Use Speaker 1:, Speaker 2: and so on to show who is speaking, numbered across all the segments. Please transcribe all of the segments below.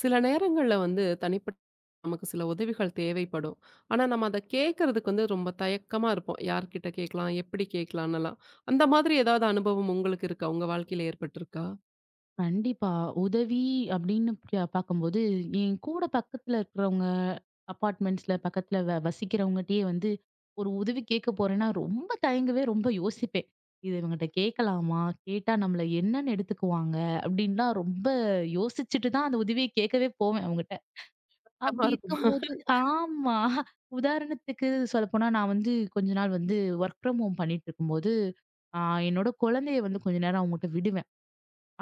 Speaker 1: சில நேரங்கள்ல வந்து தனிப்பட்ட நமக்கு சில உதவிகள் தேவைப்படும். ஆனா, நம்ம அத கேட்கறதுக்கு வந்து ரொம்ப தயக்கமா இருப்போம். யார்கிட்ட கேட்கலாம்? எப்படி கேட்கலான்னுலாம். அந்த மாதிரி ஏதாவது அனுபவம் உங்களுக்கு இருக்கா? உங்க வாழ்க்கையில ஏற்பட்டிருக்கா?
Speaker 2: கண்டிப்பா. உதவி அப்படின்னு பார்க்கும்போது, என் கூட பக்கத்துல இருக்கிறவங்க, அப்பார்ட்மெண்ட்ஸ்ல பக்கத்துல வசிக்கிறவங்கட்டயே வந்து, ஒரு உதவி கேட்க போறேன்னா, ரொம்ப தயங்குவே, ரொம்ப யோசிப்பேன். "இது இவங்கட்ட கேட்கலாமா? கேட்டா நம்மள என்னன்னு எடுத்துக்குவாங்க?" அப்படின்லாம் ரொம்ப யோசிச்சுட்டு தான் அந்த உதவிய கேட்கவே போவேன் அவங்கட்ட.
Speaker 1: கஷ்டமா
Speaker 2: அப்படி
Speaker 1: இருக்குமா?
Speaker 2: இருக்கும்போது ஆமா. உதாரணத்துக்கு சொல்லப்போனா, நான் வந்து கொஞ்ச நாள் வந்து வொர்க் ஃப்ரம் ஹோம் பண்ணிட்டு இருக்கும்போது, ஆ என்னோட குழந்தைய வந்து கொஞ்ச நேரம் அவங்கட்ட விடுவேன்.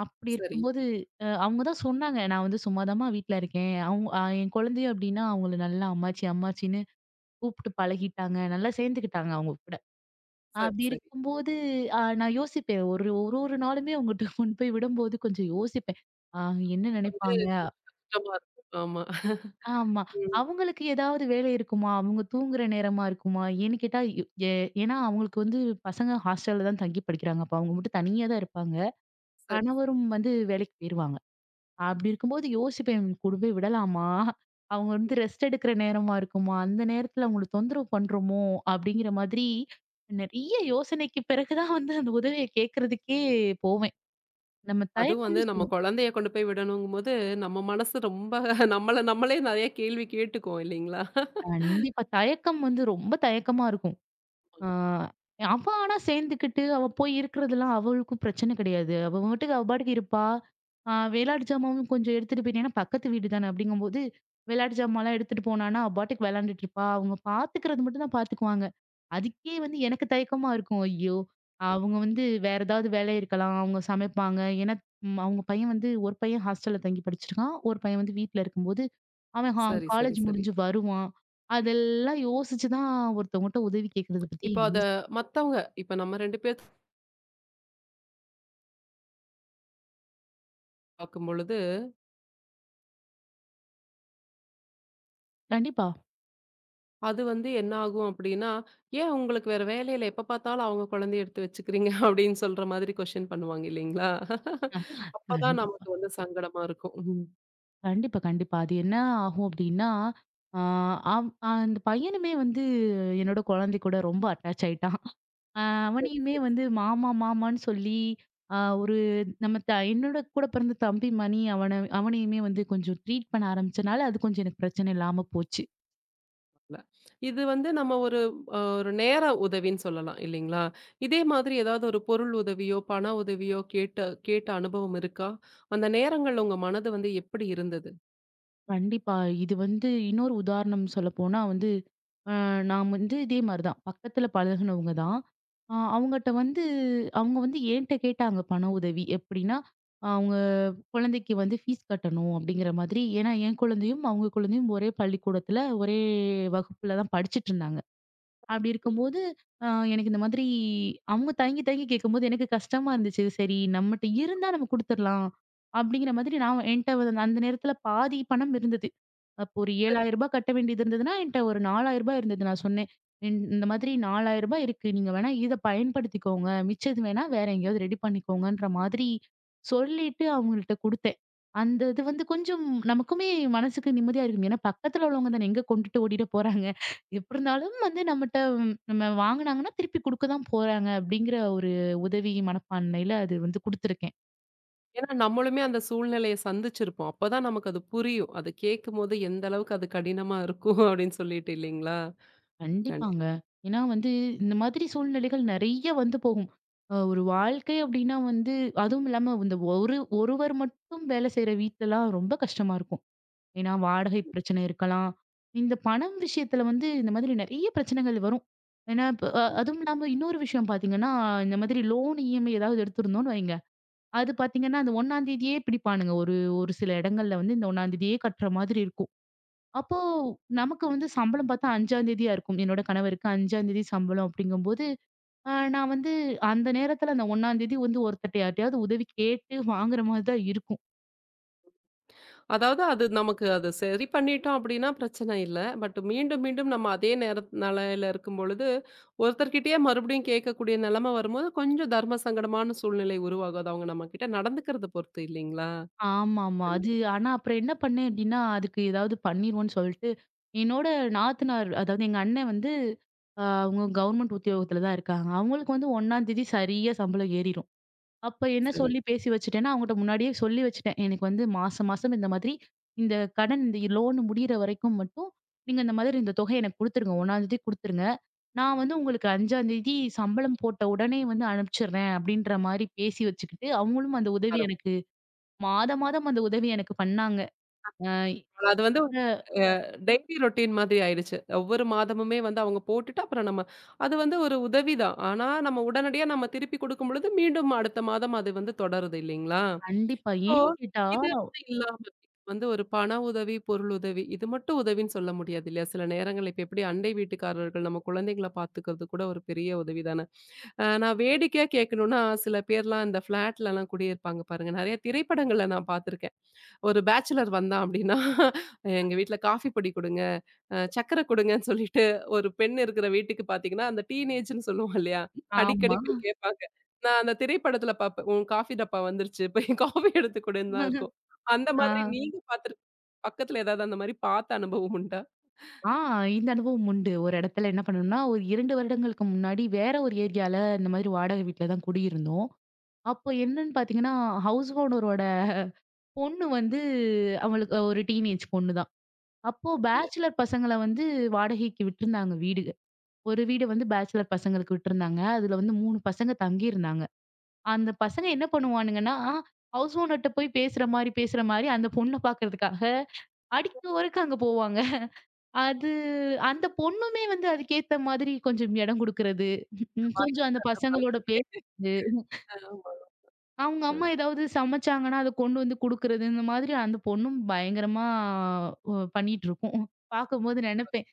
Speaker 2: அப்படி
Speaker 1: சரி,
Speaker 2: இருக்கும்போது, அவங்க தான் சொன்னாங்க. நான் வந்து சும்மாதாம்மா வீட்ல இருக்கேன். அவங்க என் குழந்தையும் அப்படின்னா, அவங்கள நல்லா அம்மாச்சி, அம்மாச்சின்னு கூப்பிட்டு பழகிட்டாங்க. நல்லா சேர்ந்துக்கிட்டாங்க அவங்க கூட.
Speaker 1: சரி,
Speaker 2: அப்படி
Speaker 1: சரி.
Speaker 2: இருக்கும்போது, நான் யோசிப்பேன். ஒரு ஒரு ஒரு நாளுமே அவங்கட்ட கொண்டு போய் விடும்போது கொஞ்சம் யோசிப்பேன். அ என்ன
Speaker 1: வந்து
Speaker 2: நினைப்பாங்க?
Speaker 1: கஷ்டமா இருக்கும். ஆமா.
Speaker 2: ஆமா.
Speaker 1: ம்.
Speaker 2: அவங்களுக்கு ஏதாவது வேலை இருக்குமா? அவங்க தூங்குற நேரமா இருக்குமா? ஏன்னு கேட்டா, யு ஏ ஏன்னா அவங்களுக்கு வந்து பசங்க ஹாஸ்டல்ல தான் தங்கி படிக்கிறாங்க. அப்ப அவங்க மட்டும் தனியா தான் இருப்பாங்க.
Speaker 1: சரி.
Speaker 2: கணவரும் வந்து வேலைக்கு போயிருவாங்க. அப்படி இருக்கும்போது யோசிப்பேன் இவங்களுக்கு கொண்டு போய் விடலாமா? அவங்க வந்து ரெஸ்ட் எடுக்கிற நேரமா இருக்குமா? அந்த நேரத்துல அவங்கள தொந்தரவு பண்றோமோ? அப்படிங்கிற மாதிரி நெறைய யோசனைக்கு பிறகு தான் வந்து அந்த உதவிய கேட்கறதுக்கே போவேன். நம்ம
Speaker 1: அதுவும் வந்து
Speaker 2: தயக்கம்னு
Speaker 1: நம்ம
Speaker 2: சொல்லுவோம்.
Speaker 1: குழந்தைய கொண்டு போய் விடணுங்கும்போது, நம்ம மனசு ரொம்ப நம்மள நம்மளே நெறைய கேள்வி கேட்டுக்குவோம் இல்லைங்களா?
Speaker 2: கண்டிப்பா. தயக்கம் வந்து ரொம்ப தயக்கமா இருக்கும். ஆ. ஆனா சேர்ந்துக்கிட்டு, அவ போய் இருக்கிறதெல்லாம் அவளுக்கும் பிரச்சனை கிடையாது. அவ பாட்டுக்கு அவ பாட்டுக்கு இருப்பா. விளையாட்டு ஜாமாவும் கொஞ்சம் எடுத்துட்டு போயிட்டேன். ஏன்னா பக்கத்து வீடு தானே அப்படிங்கும்போது, விளையாட்டு ஜாமான்லாம் எடுத்துட்டு போனான்னா, அவ பாட்டுக்கு விளையாண்டுட்டு இருப்பா. அவங்க பார்த்துக்கிறது மட்டும் தான் பார்த்துக்குவாங்க. அதுக்கே வந்து எனக்கு தயக்கமா இருக்கும். ஐயோ! அவங்க வந்து வேற ஏதாவது வேலை இருக்கலாம். அவங்க சமைப்பாங்க. ஏன்னா அவங்க பையன் வந்து ஒரு பையன் ஹாஸ்டல்ல தங்கி படிச்சிருக்கான். ஒரு பையன் வந்து வீட்ல இருக்கும்போது, அவன் ஹா
Speaker 1: சரி, சரி,
Speaker 2: காலேஜ்
Speaker 1: சரி.
Speaker 2: முடிஞ்சு வருவான். அதெல்லாம் யோசிச்சு தான் ஒருத்தவங்கட்ட உதவி கேட்கறது பத்தி
Speaker 1: இப்போ அத
Speaker 2: யோசி
Speaker 1: மத்தவங்க இப்ப நம்ம 2 பேர் பார்க்கும்பொழுது
Speaker 2: கண்டிப்பா.
Speaker 1: அது வந்து என்ன ஆகும் அப்படின்னா, "ஏன் உங்களுக்கு வேற வேலை இல்ல? எப்ப பார்த்தாலும் அவங்க குழந்தைய எடுத்து வச்சுக்கிறீங்க?" அப்படின்னு சொல்ற மாதிரி கொஸ்டின் பண்ணுவாங்க இல்லைங்களா?
Speaker 2: அஹ்
Speaker 1: அப்பதான்
Speaker 2: கண்டிப்பா,
Speaker 1: நமக்கு வந்து சங்கடமா இருக்கும். ம்.
Speaker 2: கண்டிப்பா, கண்டிப்பா. அது என்ன ஆகும் அப்டின்னா, ஆ அவ் அந்த பையனுமே வந்து என்னோட குழந்தை கூட ரொம்ப அட்டாச் ஆயிட்டான். ஆ
Speaker 1: சரி,
Speaker 2: அவனையுமே
Speaker 1: சரி.
Speaker 2: வந்து மாமா, மாமான்னு சொல்லி, ஒரு நம்ம த என்னோட கூட பிறந்த தம்பி மணி அவனையுமே வந்து கொஞ்சம் ட்ரீட் பண்ண ஆரம்பிச்சனால, அது கொஞ்சம் எனக்கு பிரச்சனை இல்லாம போச்சு.
Speaker 1: இல்ல. இது வந்து நம்ம ஒரு நேர உதவின்னு சொல்லலாம் இல்லைங்களா? இதே மாதிரி ஏதாவது ஒரு பொருள் உதவியோ, பண உதவியோ கேட்ட கேட்ட அனுபவம் இருக்கா? அந்த நேரங்கள்ல உங்க மனது வந்து எப்படி இருந்தது?
Speaker 2: கண்டிப்பா. இது வந்து இன்னொரு உதாரணம் சொல்லப்போனா வந்து, அ நான் வந்து இதே மாரி தான். பக்கத்துல பழகுனவங்க தான். அவங்கட்ட வந்து அவங்க வந்து என்ட்ட கேட்டாங்க பண உதவி. எப்படின்னா, அவங்க குழந்தைக்கு வந்து ஃபீஸ் கட்டணும் அப்படிங்கிற மாதிரி. ஏன்னா, என் குழந்தையும், அவங்க குழந்தையும் ஒரே பள்ளிக்கூடத்துல, ஒரே வகுப்புல தான் படிச்சுட்டுருந்தாங்க. அப்படி இருக்கும்போது, அ எனக்கு இந்த மாதிரி அவங்க தயங்கி தயங்கி கேட்கும்போது எனக்கு கஷ்டமா இருந்துச்சு. சரி நம்மட்ட இருந்தா நம்ம குடுத்துரலாம். அப்படிங்கிற மாதிரி நான் என்ட்ட வந்து அந்த நேரத்துல பாதி பணம் இருந்தது. அப்போ ஒரு ரூ. 7,000 கட்ட வேண்டியது இருந்ததுன்னா, என்ட்ட ஒரு ரூ. 4,000 இருந்தது. நான் சொன்னேன். இந்த மாதிரி ரூ. 4,000 இருக்கு. நீங்க வேணா இத பயன்படுத்திக்கோங்க. மிச்சது வேணா வேற எங்கேயாவது ரெடி பண்ணிக்கோங்கன்ற" மாதிரி சொல்லிட்டு அவங்கள்ட்ட குடுத்தேன். அந்த இது வந்து கொஞ்சம் நமக்குமே மனசுக்கு நிம்மதியா இருக்கும். ஏன்னா பக்கத்துல உள்ளவங்க தானே எங்க கொண்டுட்டு ஓடிட போறாங்க. எப்படி இருந்தாலும் வந்து நம்மட்ட நம்ம வாங்குனாங்கன்னா திருப்பி குடுக்க தான் போறாங்க. அப்படிங்கிற ஒரு உதவி மனப்பான்மையில அது வந்து குடுத்துருக்கேன்.
Speaker 1: ஏன்னா நம்மளுமே அந்த சூழ்நிலைய சந்திச்சிருப்போம். அப்பதான் நமக்கு அது புரியும். அது கேட்கும்போது எந்த அளவுக்கு அது கடினமா இருக்கும் அப்படின்னு சொல்லிட்டு இல்லைங்களா? கண்டி
Speaker 2: கண்டிப்பாங்க. ஏன்னா வந்து, இந்த மாதிரி சூழ்நிலைகள் நெறைய வந்து போகும். ஒரு வாழ்க்கை அப்டின்னா வந்து அதுவும் இல்லாம இந்த ஒருவர் மட்டும் வேலை செய்ற வீட்லலாம் ரொம்ப கஷ்டமா இருக்கும். ஏன்னா வாடகை பிரச்சனை இருக்கலாம். இந்த பணம் விஷயத்துல வந்து இந்த மாதிரி நெறைய பிரச்சனைகள் வரும். ஏன்னா இப்ப அதுவும் இல்லாம இன்னொரு விஷயம் பார்த்தீங்கன்னா, இந்த மாதிரி லோன் இஎம்ஐ ஏதாவது எடுத்திருந்தோம்னு வைங்க. அது பார்த்தீங்கன்னா, அந்த 1ஆம் தேதியே பிடிப்பானுங்க. ஒரு ஒரு சில இடங்கள்ல வந்து இந்த 1ஆம் தேதியே கட்டுற மாதிரி இருக்கும். அப்போ நமக்கு வந்து சம்பளம் பார்த்தா 5ஆம் தேதியா இருக்கும். என்னோட கணவருக்கு 5ஆம் தேதி சம்பளம் அப்படிங்கும்போது, நான் வந்து அந்த நேரத்துல அந்த 1ஆம் தேதி வந்து ஒருத்தர்ட்ட யார்ட்டயாவது உதவி கேட்டு வாங்குற மாரி தான் இருக்கும்.
Speaker 1: அதாவது நமக்கு அது சரி பண்ணிட்டோம் அப்படின்னா பிரச்சனை இல்ல. பட் மீண்டும், மீண்டும் நம்ம அதே நிலையில இருக்கும் பொழுது, ஒருத்தர்கிட்டயே மறுபடியும் கேட்கக்கூடிய நிலைமை வரும்போது, கொஞ்சம் தர்ம சங்கடமான சூழ்நிலை உருவாகும். அது அவங்க நம்மகிட்ட நடந்துக்கிறத பொறுத்து இல்லைங்களா?
Speaker 2: ஆமாமா.
Speaker 1: கண்டிப்பா.
Speaker 2: அது ஆனா அப்புறம் என்ன பண்ணேன் அப்படின்னா, அதுக்கு ஏதாவது பண்ணிருவோம்ன்னு சொல்லிட்டு, என்னோட நாத்தனார் அதாவது எங்க அண்ணன் வந்து, அவங்க கவர்மெண்ட் உத்தியோகத்துல தான் இருக்காங்க. அவங்களுக்கு வந்து 1ஆம் தேதி சரியா சம்பளம் ஏறிரும். அப்ப என்ன
Speaker 1: சரி.
Speaker 2: சொல்லி பேசி வச்சுட்டேன்னா, அவங்கட்ட முன்னாடியே சொல்லி வச்சுட்டேன். எனக்கு வந்து மாசம் மாசம் இந்த மாதிரி இந்த கடன் இந்த லோன் முடியிற வரைக்கும் மட்டும் நீங்க இந்த மாதிரி இந்த தொகைய எனக்கு குடுத்துருங்க. 1ஆந்தேதி குடுத்துருங்க. நான் வந்து உங்களுக்கு 5ஆந்தேதி சம்பளம் போட்ட உடனே வந்து அனுப்பிச்சுடுறேன் அப்படின்ற மாரி பேசி வச்சுக்கிட்டு, அவங்களும் அந்த உதவி
Speaker 1: பரவா
Speaker 2: எனக்கு மாதம் மாதம் அந்த உதவி எனக்கு பண்ணாங்க. அ
Speaker 1: அது வந்து
Speaker 2: என்னோட
Speaker 1: அ டெய்லி ரொட்டீன் மாதிரி ஆயிடுச்சு. ஒவ்வொரு மாதமுமே வந்து அவங்க போட்டுட்டு அப்புறம் நம்ம அது வந்து ஒரு உதவி தான். ஆனா நம்ம உடனடியா நம்ம திருப்பி குடுக்கும் பொழுது மீண்டும் அடுத்த மாதம் அது வந்து தொடருது இல்லைங்களா?
Speaker 2: கண்டிப்பா.
Speaker 1: இப்போ
Speaker 2: ஏன்னு கேட்டா
Speaker 1: இது இல்லாம வந்து ஒரு பண உதவி, பொருள் உதவி இது மட்டும் உதவின்னு சொல்ல முடியாது இல்லையா? சில நேரங்கள்ல இப்ப எப்படி அண்டை வீட்டுக்காரர்கள் நம்ம குழந்தைங்கள பார்த்துக்கிறது கூட ஒரு பெரிய உதவி தான. நான் வேடிக்கையா கேட்கணும்னா, சில பேர்லாம் இந்த ஃப்ளாட்லலாம் குடியிருப்பாங்க பாருங்க. நெறைய திரைப்படங்கள்ல நான் பார்த்துருக்கேன். ஒரு பேச்சுலர் வந்தான் அப்டின்னா, "எங்க வீட்ல காஃபி பொடி குடுங்க, சர்க்கரை குடுங்கன்னு" சொல்லிட்டு ஒரு பெண் இருக்கிற வீட்டுக்கு பார்த்தீங்கன்னா, அந்த டீனேஜ்ன்னு சொல்லுவோம் இல்லையா? அடிக்கடி
Speaker 2: ஆமா.
Speaker 1: போய் கேட்பாங்க. நான் அந்த திரைப்படத்துல பார்ப்பேன். "உன் காஃபி டப்பா வந்துருச்சு. போய் காஃபி எடுத்து குடுன்னு" தான் இருக்கும். அந்த
Speaker 2: ஆ.
Speaker 1: மாதிரி நீங்க பக்கத்துல ஏதாவது அந்த மாரி பார்த்த அனுபவம் உண்டா?
Speaker 2: ஆ இந்த அனுபவம் உண்டு. ஒரு இடத்துல என்ன பண்ணோம்னா, ஒரு 2 வருடங்களுக்கு முன்னாடி வேற ஒரு ஏரியால இந்த மாதிரி வாடகை வீட்ல தான் குடியிருந்தோம். அப்போ என்னன்னு பார்த்தீங்கன்னா, ஹவுஸ் ஓனரோட பொண்ணு வந்து அவளுக்கு ஒரு டீனேஜ் பொண்ணு தான். அப்போ பேச்சுலர் பசங்கள வந்து வாடகைக்கு விட்டிருந்தாங்க வீடு. ஒரு வீடு வந்து பேச்சுலர் பசங்களுக்கு விட்டிருந்தாங்க. அதுல வந்து 3 பசங்க தங்கியிருந்தாங்க. அந்த பசங்க என்ன பண்ணுவானுங்கன்னா, ஹவுஸ் ஓனர்ட்ட போய் பேசுற மாரி பேசுற மாரி அந்த பொண்ண பார்க்கறதுக்காக அடிக்க ஒருக்க அங்க போவாங்க. அது அந்த பொண்ணுமே வந்து அதுக்கேத்த மாதிரி கொஞ்சம் இடம் குடுக்குறது. கொஞ்சம் அந்த
Speaker 1: அந்த
Speaker 2: பசங்களோட
Speaker 1: மாதிரி.
Speaker 2: பேசுறது.
Speaker 1: ஆமா.
Speaker 2: அவங்க
Speaker 1: அ
Speaker 2: அம்மா ஏதாவது சமைச்சாங்கன்னா, அத கொண்டு வந்து குடுக்குறது. இந்த மாதிரி அந்த பொண்ணும் பயங்கரமா பண்ணிட்டுருக்கும். பார்க்கும்போது நெனப்பேன்.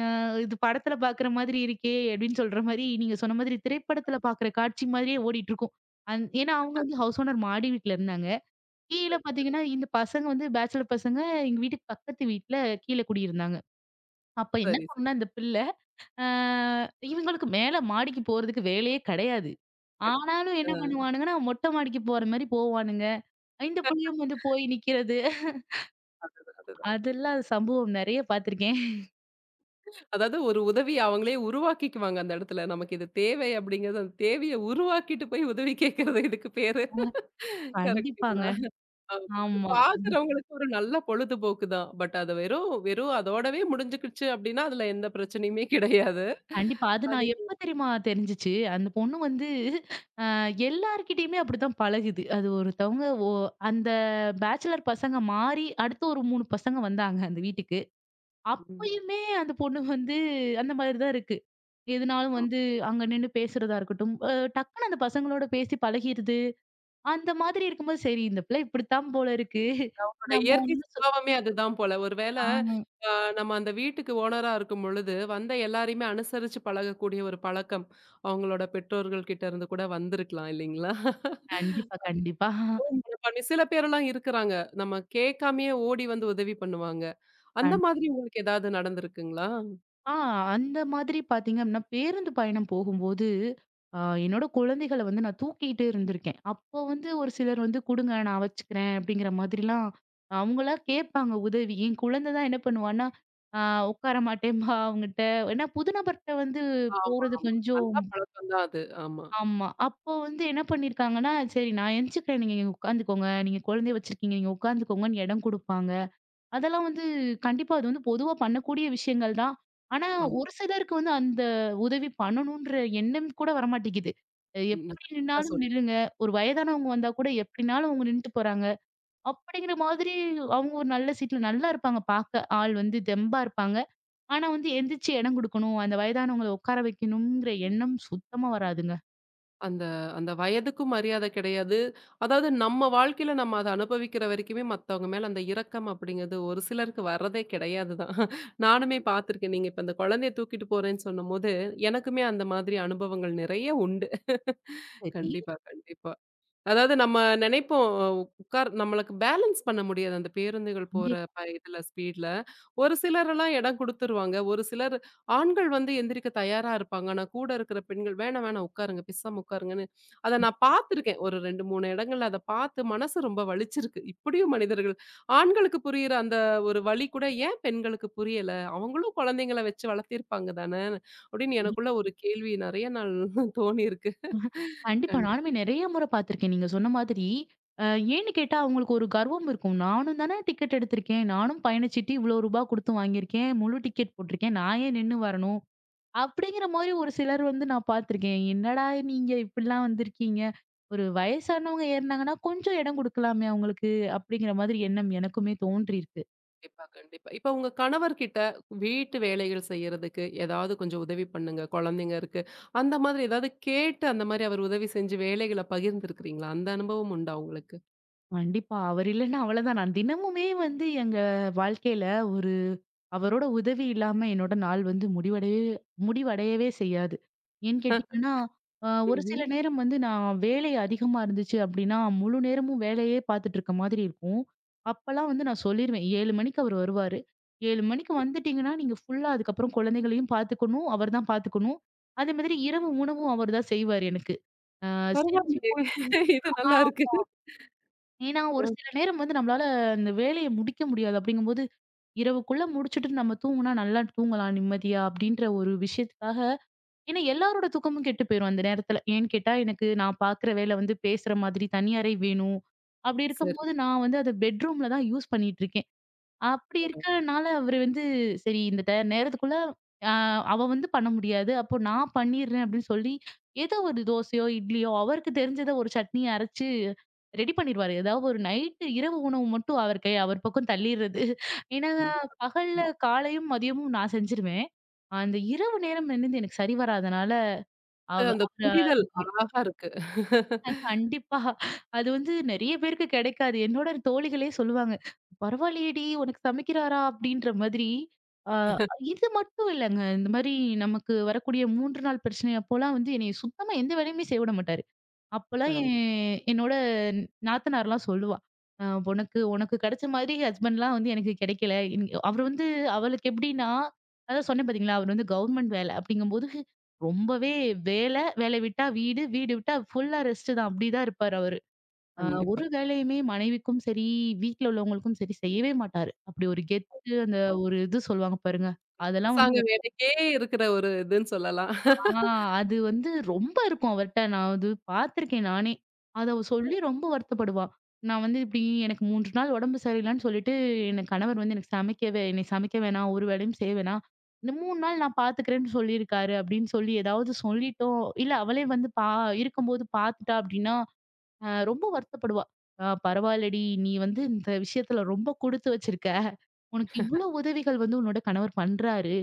Speaker 2: அ இது படத்துல பார்க்குற மாதிரி இருக்கே! அப்படின்னு சொல்ற மாரி நீங்க சொன்ன மாதிரி திரைப்படத்துல பார்க்குற காட்சி மாதிரியே ஓடிட்டுருக்கும். ஏன்னா அவங்க வந்து ஹவுஸ் ஓனர் மாடி வீட்ல இருந்தாங்க. கீழ பார்த்தீங்கன்னா, இந்த பசங்க வந்து பேச்சலர் பசங்க எங்க வீட்டுக்கு பக்கத்து வீட்ல கீழ குடியிருந்தாங்க. அப்ப என்ன
Speaker 1: சரி, சரி.
Speaker 2: பண்ணும்னா, இந்த பிள்ள ஆ இவங்களுக்கு மேல மாடிக்கு போறதுக்கு வேலையே கிடையாது.
Speaker 1: கண்டிப்பா.
Speaker 2: ஆனாலும் என்ன
Speaker 1: அ
Speaker 2: பண்ணுவானுங்கன்னா, மொட்டை மாடிக்கு போற மாரி போவானுங்க. இந்த புள்ளையும் வந்து போய் நிக்கிறது.
Speaker 1: அதுதான்.
Speaker 2: அதெல்லாம் சம்பவம் நெறைய பார்த்துருக்கேன்.
Speaker 1: அதாவது ஒரு உதவிய அவங்களே உருவாக்கிக்குவாங்க அந்த இடத்துல. நமக்கு இது தேவை அப்படிங்கிறது அந்த தேவைய உருவாக்கிட்டு போய் உதவி கேட்கறது இதுக்கு பேரு.
Speaker 2: கண்டிப்பாங்க.
Speaker 1: கரெக்ட்டுங்களா? ஆமா. அது
Speaker 2: ஆமா.
Speaker 1: பார்க்குறவங்களுக்கு ஒரு நல்ல பொழுதுபோக்கு தான். பட் அது வெறும் வெறும் அதோடவே முடிஞ்சுக்கிடுச்சு அப்படின்னா, அதுல எந்த பிரச்சனையுமே கிடையாது.
Speaker 2: கண்டிப்பா. அது
Speaker 1: அது
Speaker 2: நான் எப்ப தெரியுமா தெரிஞ்சுச்சு, அந்த பொண்ணு வந்து அ எல்லார்கிட்டயுமே அப்படித்தான் பழகுது. அது ஒருத்தவங்க ஒ அந்த பேச்சுலர் பசங்க மாறி அடுத்து ஒரு 3 பசங்க வந்தாங்க அந்த வீட்டுக்கு.
Speaker 1: ம்.
Speaker 2: அப்பயுமே அந்த பொண்ணு வந்து அந்த மாதிரி தான் இருக்கு. எதுனாலும் வந்து அங்க நின்னு பேசுறதா இருக்கட்டும், டக்குனு அந்த பசங்களோட பேசி பழகிருது. அந்த மாதிரி இருக்கும்போது, சரி இந்த பிள்ளை இப்படித்தான் போல இருக்கு.
Speaker 1: அவங்களோட
Speaker 2: நம்ம
Speaker 1: இயற்கை
Speaker 2: ஒண்ணும்
Speaker 1: சுபாவமே அதுதான் போல. ஒரு வேள
Speaker 2: ஆ
Speaker 1: அ நம்ம அந்த வீட்டுக்கு ஓனரா இருக்கும் பொழுது, வந்த எல்லாரையுமே அனுசரிச்சு பழகக்கூடிய ஒரு பழக்கம், அவங்களோட பெற்றோர்கள் கிட்ட இருந்து கூட வந்திருக்கலாம் இல்லைங்களா?
Speaker 2: கண்டிப்பா, கண்டிப்பா.
Speaker 1: பண்ணி சில பேரெல்லாம் இருக்குறாங்க. நம்ம கேட்காமயே ஓடி வந்து உதவி பண்ணுவாங்க. அந்த
Speaker 2: கண்டிப்பா.
Speaker 1: மாதிரி உங்களுக்கு ஏதாவது நடந்திருக்குங்களா?
Speaker 2: அந்த மாதிரி பாத்தீங்க அப்படின்னா, பேருந்து பயணம் போகும்போது, அ என்னோட குழந்தைகள வந்து நான் தூக்கிட்டு இருந்திருக்கேன். அப்போ வந்து ஒரு சிலர் வந்து குடுங்க நான் வச்சுக்கிறேன் அப்படிங்கிற மாதிரிலாம் அவங்களா கேட்பாங்க உதவி. என் குழந்தை தான் என்ன பண்ணுவான்னா, அ உட்கார மாட்டேன்பா அவங்கிட்ட. ஏன்னா புது நபர்ட்ட வந்து
Speaker 1: ஆமா,
Speaker 2: போறது
Speaker 1: ஆமா. நல்ல
Speaker 2: கொஞ்சம்
Speaker 1: பழக்கம் தான் அது. ஆமா,
Speaker 2: ஆமா. அப்போ வந்து என்ன பண்ணியிருக்காங்கன்னா, சரி நான் எந்திச்சுக்கிறேன். நீங்க இங்க உட்காந்துக்கோங்க. நீங்க குழந்தைய வச்சிருக்கீங்க. நீங்க உட்காந்துக்கோங்கன்னு இடம் குடுப்பாங்க. அதெல்லாம் வந்து கண்டிப்பா அது வந்து பொதுவா பண்ணக்கூடிய விஷயங்கள் தான். ஆனா,
Speaker 1: ஆமா.
Speaker 2: ஒரு சிலருக்கு வந்து அந்த உதவி பண்ணணுன்ற எண்ணம் கூட வரமாட்டேங்குது.
Speaker 1: நீங்க
Speaker 2: எப்படி
Speaker 1: கரெக்ட்டா
Speaker 2: நின்னாலும்
Speaker 1: சொன்னீங்க.
Speaker 2: நில்லுங்க. ஒரு வயதானவங்க வந்தா கூட எப்படினாலும் அவங்க நின்னுட்டு போறாங்க. அப்படிங்கிற மாதிரி அவங்க ஒரு நல்ல சீட்ல நல்லா இருப்பாங்க பார்க்க. ஆள் வந்து தெம்பா இருப்பாங்க. ஆனா வந்து எந்திரிச்சு இடம் குடுக்கணும். அந்த வயதானவங்கள உட்கார வைக்கணுங்கிற எண்ணம் சுத்தமா வராதுங்க.
Speaker 1: அந்த அந்த வயதுக்கும் மரியாதை கிடையாது. அதாவது நம்ம வாழ்க்கையில நம்ம அத அனுபவிக்கிற வரைக்குமே மத்தவங்க மேல அந்த இரக்கம் அப்படிங்கிறது ஒரு சிலருக்கு வர்றதே கிடையாது தான். நானுமே பார்த்துருக்கேன். நீங்க இப்ப அந்த குழந்தைய தூக்கிட்டு போறேன்னு சொன்னம்போது, எனக்குமே அந்த மாதிரி அனுபவங்கள் நிறைய உண்டு.
Speaker 2: சரி.
Speaker 1: கண்டிப்பா, கண்டிப்பா. அதாவது நம்ம நினைப்போம் நம்மளுக்கு பேலன்ஸ் பண்ண முடியாது அந்த பேருந்துகள் போற
Speaker 2: கண்டிப்பா,
Speaker 1: இதுல ஸ்பீட்ல. ஒரு சிலரெல்லாம் இடம் குடுத்துருவாங்க. ஒரு சிலர் ஆண்கள் வந்து எந்திரிக்க தயாரா இருப்பாங்க. ஆனா கூட இருக்கிற பெண்கள் வேணாம் வேணாம் உட்காருங்க, பேசாம உட்காருங்கன்னு. அத நான் பார்த்துருக்கேன். ஒரு 2, 3 இடங்கள்ல அத பார்த்து மனசு ரொம்ப வலிச்சிருக்கு. இப்படியும் மனிதர்கள் ஆண்களுக்கு புரியிற அந்த ஒரு வலி கூட ஏன் பெண்களுக்கு புரியல? அவங்களும் குழந்தைங்கள வச்சு வளர்த்திருப்பாங்க தானே! அப்படின்னு
Speaker 2: கண்டிப்பா.
Speaker 1: எனக்குள்ள ஒரு கேள்வி நெறைய நாள் தோணியிருக்கு.
Speaker 2: கண்டிப்பா.
Speaker 1: கண்டிப்பா.
Speaker 2: நானுமே நெறைய முறை பார்த்துருக்கேன். நீங்க சொன்ன மாதிரி. அ ஏன்னு கேட்டா அவங்களுக்கு ஒரு கர்வம் இருக்கும். நானும் தானே டிக்கெட் எடுத்திருக்கேன். நானும் பயணச்சீட்டு இவ்வளோ ரூபா குடுத்து வாங்கியிருக்கேன். முழு டிக்கெட் போட்டிருக்கேன். நான் ஏன் நின்னு வரணும்? அப்படிங்கிற மாரி ஒரு சிலர் வந்து நான் பார்த்துருக்கேன். என்னடா நீங்க இப்படிலாம் வந்திருக்கீங்க? ஒரு வயசானவங்க ஏறுனாங்கன்னா, கொஞ்சம் இடம் குடுக்கலாமே அவங்களுக்கு. அப்படிங்கிற மாதிரி எண்ணம் எனக்குமே தோன்றியிருக்கு.
Speaker 1: கண்டிப்பா, கண்டிப்பா. இப்ப உங்க கணவர்கிட்ட வீட்டு வேலைகள் செய்யறதுக்கு ஏதாவது கொஞ்சம் உதவி பண்ணுங்க, குழந்தைங்க இருக்கு. அந்த மாதிரி ஏதாவது கேட்டு அந்த மாரி அவர் உதவி செஞ்சு வேலைகள பகிர்ந்திருக்கிறீங்களா? அந்த அனுபவம் உண்டா உங்களுக்கு?
Speaker 2: கண்டிப்பா. அவர் இல்லன்னா அவ்வளதான். நான் தினமுமே வந்து எங்க வாழ்க்கையில ஒரு அவரோட உதவி இல்லாம என்னோட நாள் வந்து முடிவடையவே முடிவடையவே செய்யாது. ஏன்னு
Speaker 1: அ,
Speaker 2: கேட்டீங்கன்னா, ஒரு
Speaker 1: ம்ஹ்ம்.
Speaker 2: சில நேரம் வந்து நான் வேலை அதிகமா இருந்துச்சு அப்படின்னா, முழு நேரமும் வேலையே பார்த்துட்டு இருக்க மாதிரி இருக்கும். அப்பலாம் வந்து நான் சொல்லிருவேன். 7 மணிக்கு அவர் வருவாரு. 7 மணிக்கு வந்துட்டீங்கன்னா, நீங்க ஃபுல்லா அதுக்கப்புறம் குழந்தைகளையும் பார்த்துக்கணும். அவர் தான் பார்த்துக்கணும். அதே மாதிரி இரவு உணவும் அவர் தான் செய்வாரு எனக்கு. அ செஞ்சு
Speaker 1: பரவாயில்லையே!
Speaker 2: குழந்தைங்க
Speaker 1: இது நல்லா இருக்கு.
Speaker 2: ஏன்னா,
Speaker 1: அ,
Speaker 2: ஒரு சில நேரம் வந்து நம்மளால அந்த வேலைய முடிக்க முடியாது. அப்படிங்கும்போது, இரவுக்குள்ள முடிச்சுட்டு நம்ம தூங்குனா நல்லா தூங்கலாம் நிம்மதியா அப்படின்ற ஒரு விஷயத்துக்காக ஏன்னா எல்லாரோட தூக்கமும் கெட்டு போயிரும் அந்த நேரத்துல. ஏன்னு கேட்டா, எனக்கு நான் பார்க்குற வேலை வந்து பேசுற மாதிரி தனி அறை வேணும். அப்படி
Speaker 1: சரி.
Speaker 2: இருக்கும்போது நான் வந்து அத பெட்ரூம்ல தான் யூஸ் பண்ணிட்டு இருக்கேன். அப்படி
Speaker 1: பரவா
Speaker 2: இருக்கனால அவரு வந்து சரி இந்த நேரத்துக்குள்ள அ அவ வந்து பண்ண முடியாது. அப்போ நான் பண்ணிடுறேன் அப்படின்னு சொல்லி, ஏதோ ஒரு தோசையோ, இட்லியோ அவருக்கு தெரிஞ்சத ஒரு சட்னிய அரைச்சு ரெடி பண்ணிருவாரு. ஏதாவது ஒரு நைட்டு இரவு உணவு மட்டும் அவர் கை அவர் பக்கம் தள்ளிடுறது. ஏன்னா பகல்ல காலையும், மதியமும் நான் செஞ்சுருவேன். அந்த இரவு நேரம் என்னது எனக்கு சரி வராதனால
Speaker 1: அந்த
Speaker 2: அவரு
Speaker 1: புரிதல் அழகா இருக்கு.
Speaker 2: கண்டிப்பா. அது வந்து நெறைய பேருக்கு கிடைக்காது. என்னோட தோழிகளே சொல்லுவாங்க. "பரவாயில்லையேடி! உனக்கு சமைக்கிறாரா?" அப்படின்ற மாதிரி. ஆ இது மட்டும் இல்லங்க. இந்த மாரி நமக்கு வரக்கூடிய 3 நாள் பிரச்சனை அப்போலாம் வந்து என்னைய சுத்தமா எந்த வேலையுமே செய்ய விட மாட்டாரு. அப்பலாம்
Speaker 1: பரவா
Speaker 2: என் என்னோட நாத்தனார்லாம் சொல்லுவா. அ "உனக்கு உனக்கு கிடைச்ச மாதிரி ஹஸ்பண்ட்லாம் வந்து எனக்கு கிடைக்கல." அவரு வந்து அவளுக்கு எப்படின்னா, அதான் சொன்னேன் பார்த்தீங்களா? அவரு வந்து கவர்மெண்ட் வேலை. அப்படிங்கும்போது ரொம்பவே வேலை, வேலை விட்டா வீடு, வீடு விட்டா ஃபுல்லா ரெஸ்ட்டு தான். அப்படிதான் இருப்பாரு அவரு. அ
Speaker 1: கண்டிப்பா.
Speaker 2: ஒரு வேலையுமே மனைவிக்கும் சரி, வீட்ல உள்ளவங்களுக்கும் சரி செய்யவே மாட்டாரு. அப்படி ஒரு கெத்து அந்த
Speaker 1: அ,
Speaker 2: ஒரு இது சொல்லுவாங்க பாருங்க. அதெல்லாம் வந்து
Speaker 1: அரசாங்க வேலைக்கே இருக்கிற ஒரு இதுன்னு சொல்லலாம்.
Speaker 2: ஆ அது வந்து ரொம்ப இருக்கும் அவர்ட்ட. நான் அது பார்த்துருக்கேன் நானே. அத அவ சொல்லி ரொம்ப வருத்தப்படுவா. நான் வந்து இப்டி எனக்கு 3 நாள் உடம்பு சரியில்லன்னு சொல்லிட்டு, என் கணவர் வந்து எனக்கு என்னை சமைக்க வேணாம், ஒரு வேளையும் செய்ய வேணாம். இந்த 3 நாள் நான் பார்த்துக்கிறேன்னு சொல்லியிருக்காரு அப்டின்னு சொல்லி ஏதாவது சொல்லிட்டோம், இல்ல அவளே வந்து இருக்கும்போது பார்த்துட்டா அப்டின்னா, ரொம்ப வருத்தப்படுவா. "ஆ பரவாயில்லடி, நீ வந்து இந்த விஷயத்துல ரொம்ப குடுத்து வச்சிருக்க. உனக்கு இவ்ளோ உதவிகள் வந்து உன்னோட கணவர் பண்றாரு."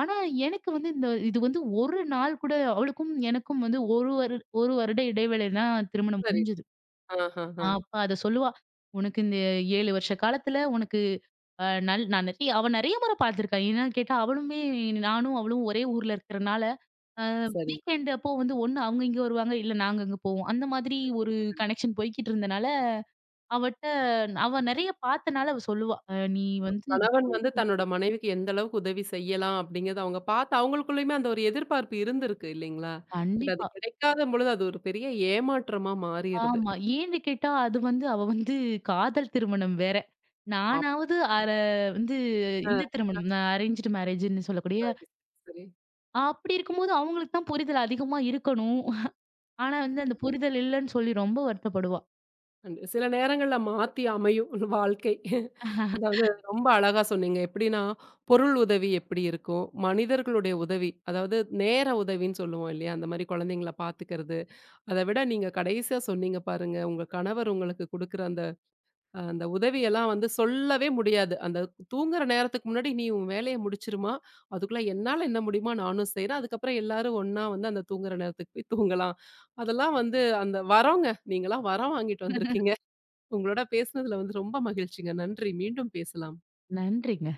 Speaker 2: ஆனா, எனக்கு வந்து இந்த இது வந்து 1 நாள் கூட அவளுக்கும் எனக்கும் வந்து 1 வருட இடைவேளை தான் திருமணம்
Speaker 1: சரி.
Speaker 2: முடிஞ்சது.
Speaker 1: ஆஹஹ.
Speaker 2: அப்ப அத சொல்லுவா. இந்த 7 வருஷ காலத்துல உனக்கு அ நல் நான் நிறைய" அவ நெறைய முறை பார்த்துருக்கா. ஏன்னு கேட்டா, அவளுமே நானும் அவளும் ஒரே ஊர்ல இருக்கிறனால, அ
Speaker 1: சரிங்க.
Speaker 2: வீக்கெண்ட் அப்போ வந்து ஒண்ணு அவங்க இங்க வருவாங்க, இல்ல நாங்க அங்க போவோம். அந்த மாதிரி ஒரு
Speaker 1: கண்டிப்பா.
Speaker 2: கனெக்ஷன் போய்க்கிட்டு இருந்தனால, அவட்ட அவ நெறைய பார்த்தனால அவ சொல்லுவா. நீ வந்து"
Speaker 1: கணவன் வந்து தன்னோட மனைவிக்கு எந்த அளவுக்கு உதவி செய்யலாம் அப்படிங்கிறத அவங்க பார்த்து அவங்களுக்குள்ளயுமே அந்த ஒரு எதிர்பார்ப்பு இருந்திருக்கு இல்லைங்களா? பட் அது
Speaker 2: கண்டிப்பா.
Speaker 1: கிடைக்காத பொழுது அது ஒரு பெரிய ஏமாற்றமா மாறிருது.
Speaker 2: ஆமா. ஏன்னு கேட்டா, அது வந்து அவ வந்து காதல் திருமணம் வேற.
Speaker 1: அப்
Speaker 2: நானாவது அர வந்து
Speaker 1: ஆ
Speaker 2: இந்த திருமணம் அரேஞ்ச்டு மேரேஜ்ன்னு சொல்லக்கூடிய
Speaker 1: சரி, சரி.
Speaker 2: அப்படி இருக்கும்போது அவங்களுக்கு தான் புரிதல் அதிகமா இருக்கணும். ஆனா வந்து அந்த புரிதல் இல்லன்னு சொல்லி ரொம்ப வருத்தப்படுவா.
Speaker 1: அண்ட் சில நேரங்கள்ல மாத்தி அமையும் வாழ்க்கை. அதாவது ரொம்ப அழகா சொன்னீங்க. எப்படின்னா, பொருள் உதவி எப்படி இருக்கும்? மனிதர்களுடைய உதவி, அதாவது நேர உதவின்னு சொல்லுவோம் இல்லையா? அந்த மாரி குழந்தைங்கள பார்த்துக்கிறது. அத விட நீங்க கடைசியா சொன்னீங்க பாருங்க, உங்க கணவர் உங்களுக்கு குடுக்குற அந்த உதவியெல்லாம் வந்து சொல்லவே முடியாது. அந்த தூங்குற நேரத்துக்கு முன்னாடி, "நீ உன் வேலைய முடிச்சுருமா, அதுக்குள்ள என்னால என்ன முடியுமோ நானும் செய்றேன். அதுக்கப்புறம் எல்லாரும் ஒண்ணா வந்து அந்த தூங்குற நேரத்துக்கு போய் தூங்கலாம்." அதெல்லாம் வந்து அந்த வரோங்க. நீங்கலாம் வரம் வாங்கிட்டு வந்திருக்கீங்க. உங்களோட பேசுனதுல வந்து ரொம்ப மகிழ்ச்சிங்க. நன்றி. மீண்டும் பேசலாம்.
Speaker 2: நன்றிங்க.